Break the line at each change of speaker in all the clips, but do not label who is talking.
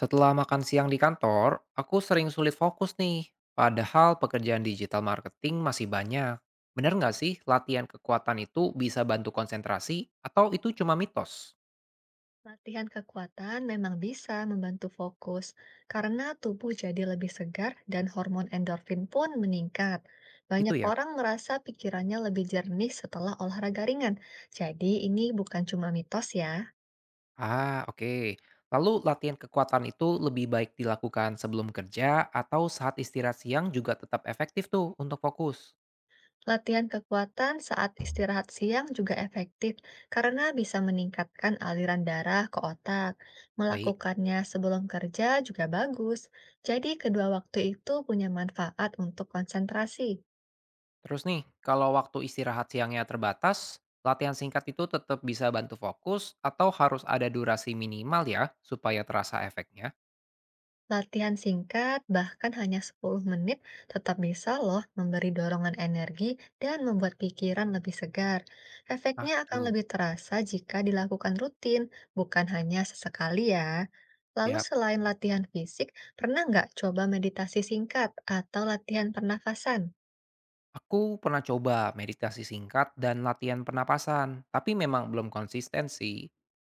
Setelah makan siang di kantor, aku sering sulit fokus nih. Padahal pekerjaan digital marketing masih banyak. Bener nggak sih latihan kekuatan itu bisa bantu konsentrasi atau itu cuma mitos?
Latihan kekuatan memang bisa membantu fokus karena tubuh jadi lebih segar dan hormon endorfin pun meningkat.
Itu
Banyak
ya?
orang merasa pikirannya lebih jernih setelah olahraga ringan. Jadi ini bukan cuma mitos ya.
Ah, oke. Lalu latihan kekuatan itu lebih baik dilakukan sebelum kerja atau saat istirahat siang juga tetap efektif tuh untuk fokus.
Latihan kekuatan saat istirahat siang juga efektif karena bisa meningkatkan aliran darah ke otak.
Baik.
Melakukannya sebelum kerja juga bagus. Jadi kedua waktu itu punya manfaat untuk konsentrasi.
Terus nih, kalau waktu istirahat siangnya terbatas, latihan singkat itu tetap bisa bantu fokus atau harus ada durasi minimal ya supaya terasa efeknya?
Latihan singkat, bahkan hanya 10 menit, tetap bisa loh memberi dorongan energi dan membuat pikiran lebih segar.
Ah
Efeknya akan
gitu.
lebih terasa jika dilakukan rutin, bukan hanya sesekali ya. Lalu
Ya,
selain latihan fisik, pernah nggak coba meditasi singkat atau latihan pernafasan?
aku pernah coba meditasi singkat dan latihan pernapasan, tapi memang belum konsisten sih.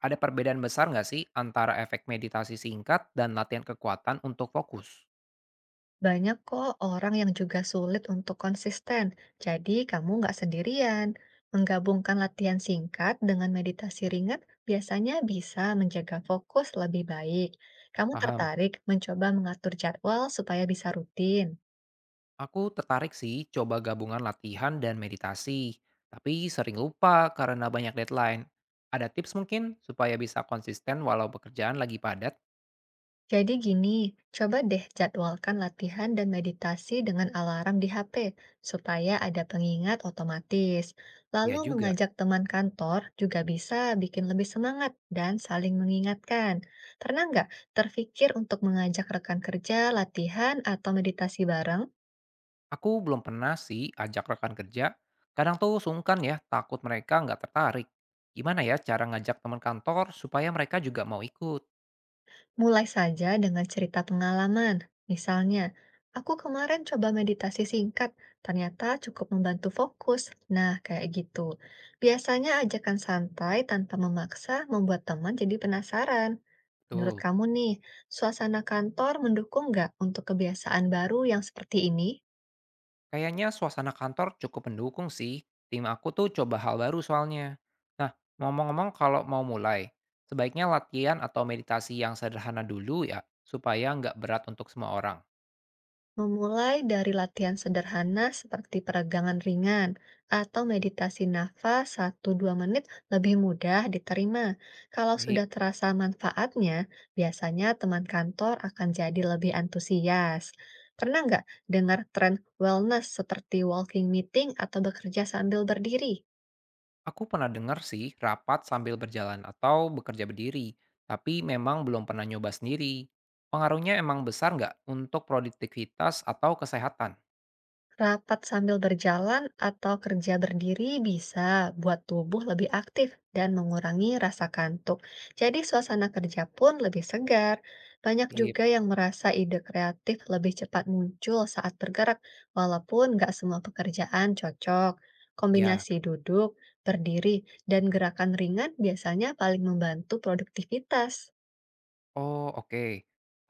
Ada perbedaan besar nggak sih antara efek meditasi singkat dan latihan kekuatan untuk fokus?
Banyak kok orang yang juga sulit untuk konsisten, jadi kamu nggak sendirian. Menggabungkan latihan singkat dengan meditasi ringan biasanya bisa menjaga fokus lebih baik. Kamu
Paham?
tertarik mencoba mengatur jadwal supaya bisa rutin?
Aku tertarik sih coba gabungan latihan dan meditasi, tapi sering lupa karena banyak deadline. Ada tips mungkin supaya bisa konsisten walau pekerjaan lagi padat?
Jadi gini, coba deh jadwalkan latihan dan meditasi dengan alarm di HP supaya ada pengingat otomatis.
Ya
Lalu
juga,
mengajak teman kantor juga bisa bikin lebih semangat dan saling mengingatkan. Pernah nggak terfikir untuk mengajak rekan kerja latihan atau meditasi bareng?
aku belum pernah sih ajak rekan kerja. Kadang tuh sungkan ya, takut mereka nggak tertarik. Gimana ya cara ngajak teman kantor supaya mereka juga mau ikut?
Mulai saja dengan cerita pengalaman. Misalnya, aku kemarin coba meditasi singkat, ternyata cukup membantu fokus. Nah, kayak gitu. Biasanya ajakan santai tanpa memaksa membuat teman jadi penasaran. Menurut
Tuh.
kamu nih, suasana kantor mendukung nggak untuk kebiasaan baru yang seperti ini?
Kayaknya suasana kantor cukup mendukung sih. Tim aku tuh coba hal baru soalnya. Nah, ngomong-ngomong kalau mau mulai, sebaiknya latihan atau meditasi yang sederhana dulu ya, supaya nggak berat untuk semua orang.
Memulai dari latihan sederhana seperti peregangan ringan atau meditasi nafas satu dua menit lebih mudah diterima. Kalau sudah
Baik,
terasa manfaatnya, biasanya teman kantor akan jadi lebih antusias. Pernah nggak dengar tren wellness seperti walking meeting atau bekerja sambil berdiri?
aku pernah dengar sih rapat sambil berjalan atau bekerja berdiri, tapi memang belum pernah nyoba sendiri. Pengaruhnya emang besar nggak untuk produktivitas atau kesehatan?
Rapat sambil berjalan atau kerja berdiri bisa buat tubuh lebih aktif dan mengurangi rasa kantuk. Jadi suasana kerja pun lebih segar. Banyak
Tip,
juga yang merasa ide kreatif lebih cepat muncul saat bergerak, walaupun nggak semua pekerjaan cocok.
ya.
Kombinasi duduk, berdiri, dan gerakan ringan biasanya paling membantu produktivitas.
Oh, oke.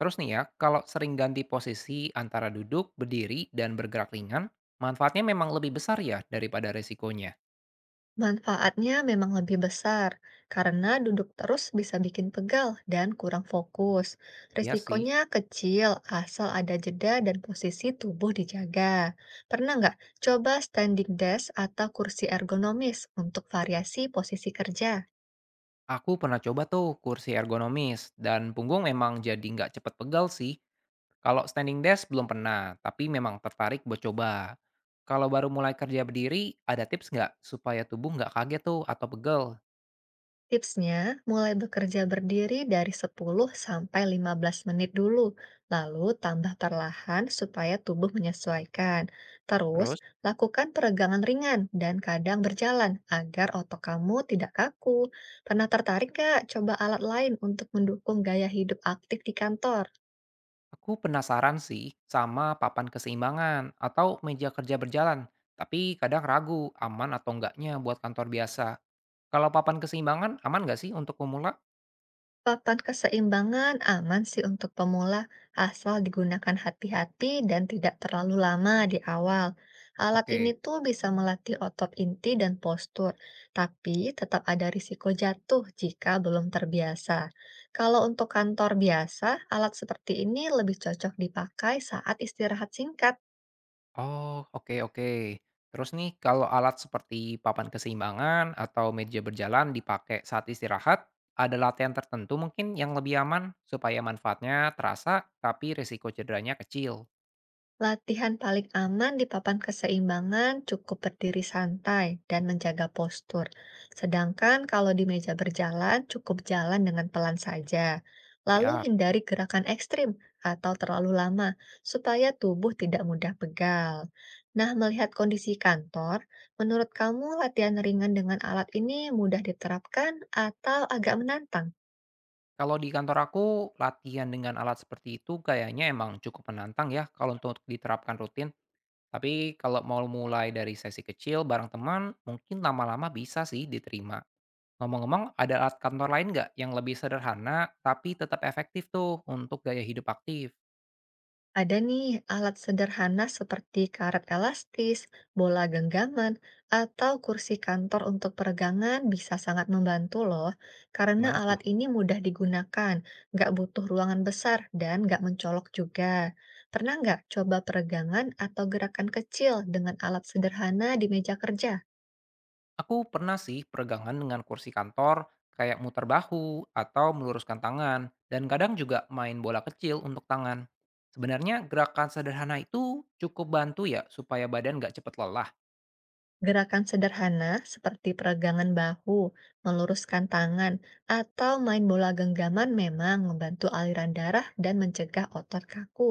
Terus nih ya, kalau sering ganti posisi antara duduk, berdiri, dan bergerak ringan, manfaatnya memang lebih besar ya daripada resikonya.
Manfaatnya memang lebih besar, karena duduk terus bisa bikin pegal dan kurang fokus.
Ya sih.
Risikonya kecil asal ada jeda dan posisi tubuh dijaga. Pernah nggak coba standing desk atau kursi ergonomis untuk variasi posisi kerja?
Aku pernah coba tuh kursi ergonomis, dan punggung memang jadi nggak cepet pegal sih. Kalau standing desk belum pernah, tapi memang tertarik buat coba. Kalau baru mulai kerja berdiri, ada tips nggak supaya tubuh nggak kaget tuh atau pegel?
Tipsnya, mulai bekerja berdiri dari 10 sampai 15 menit dulu, lalu tambah perlahan supaya tubuh menyesuaikan. Terus,
Terus?
lakukan peregangan ringan dan kadang berjalan agar otot kamu tidak kaku. Pernah tertarik gak coba alat lain untuk mendukung gaya hidup aktif di kantor?
Aku penasaran sih sama papan keseimbangan atau meja kerja berjalan, tapi kadang ragu aman atau enggaknya buat kantor biasa. Kalau papan keseimbangan aman nggak sih untuk pemula?
Papan keseimbangan aman sih untuk pemula, asal digunakan hati-hati dan tidak terlalu lama di awal. Alat ini
Oke.
tuh bisa melatih otot inti dan postur, tapi tetap ada risiko jatuh jika belum terbiasa. Kalau untuk kantor biasa, alat seperti ini lebih cocok dipakai saat istirahat singkat.
Oh, oke oke. Terus nih, kalau alat seperti papan keseimbangan atau meja berjalan dipakai saat istirahat, ada latihan tertentu mungkin yang lebih aman supaya manfaatnya terasa tapi risiko cederanya kecil.
Latihan paling aman di papan keseimbangan cukup berdiri santai dan menjaga postur. Sedangkan kalau di meja berjalan, cukup jalan dengan pelan saja. Lalu
Siap.
hindari gerakan ekstrim atau terlalu lama supaya tubuh tidak mudah pegal. Nah, melihat kondisi kantor, menurut kamu latihan ringan dengan alat ini mudah diterapkan atau agak menantang?
Kalau di kantor aku, latihan dengan alat seperti itu kayaknya emang cukup menantang ya kalau untuk diterapkan rutin. Tapi kalau mau mulai dari sesi kecil bareng teman, mungkin lama-lama bisa sih diterima. Ngomong-ngomong, ada alat kantor lain nggak yang lebih sederhana tapi tetap efektif tuh untuk gaya hidup aktif?
Ada nih alat sederhana seperti karet elastis, bola genggaman, atau kursi kantor untuk peregangan bisa sangat membantu loh, karena
Gimana tuh?
alat ini mudah digunakan, nggak butuh ruangan besar dan nggak mencolok juga. Pernah nggak coba peregangan atau gerakan kecil dengan alat sederhana di meja kerja?
Aku pernah sih peregangan dengan kursi kantor, kayak muter bahu atau meluruskan tangan, dan kadang juga main bola kecil untuk tangan. Sebenarnya gerakan sederhana itu cukup bantu ya supaya badan nggak cepet lelah.
Gerakan sederhana seperti peregangan bahu, meluruskan tangan, atau main bola genggaman memang membantu aliran darah dan mencegah otot kaku.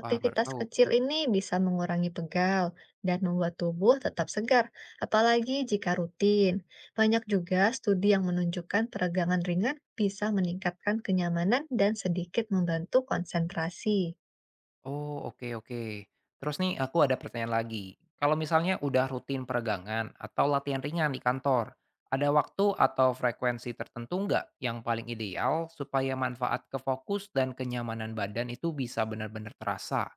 Wah, baru tahu.
kecil ini bisa mengurangi pegal dan membuat tubuh tetap segar, apalagi jika rutin. Banyak juga studi yang menunjukkan peregangan ringan bisa meningkatkan kenyamanan dan sedikit membantu konsentrasi.
Oh, oke oke. Terus nih aku ada pertanyaan lagi. Kalau misalnya udah rutin peregangan atau latihan ringan di kantor, ada waktu atau frekuensi tertentu nggak yang paling ideal supaya manfaat ke fokus dan kenyamanan badan itu bisa benar-benar terasa?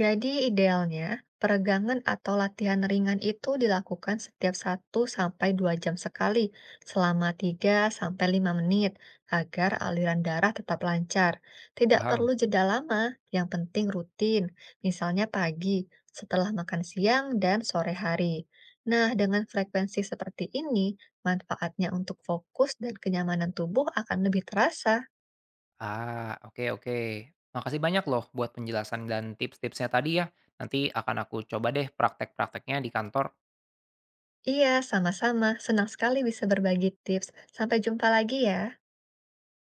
Jadi idealnya, peregangan atau latihan ringan itu dilakukan setiap satu sampai 2 jam sekali selama 3 sampai 5 menit agar aliran darah tetap lancar. Tidak
Paham?
perlu jeda lama, yang penting rutin, misalnya pagi, setelah makan siang dan sore hari. Nah, dengan frekuensi seperti ini, manfaatnya untuk fokus dan kenyamanan tubuh akan lebih terasa.
Ah, oke oke. Makasih banyak loh buat penjelasan dan tips-tipsnya tadi ya. Nanti akan aku coba deh praktek-prakteknya di kantor.
Iya, sama-sama. Senang sekali bisa berbagi tips. Sampai jumpa lagi ya.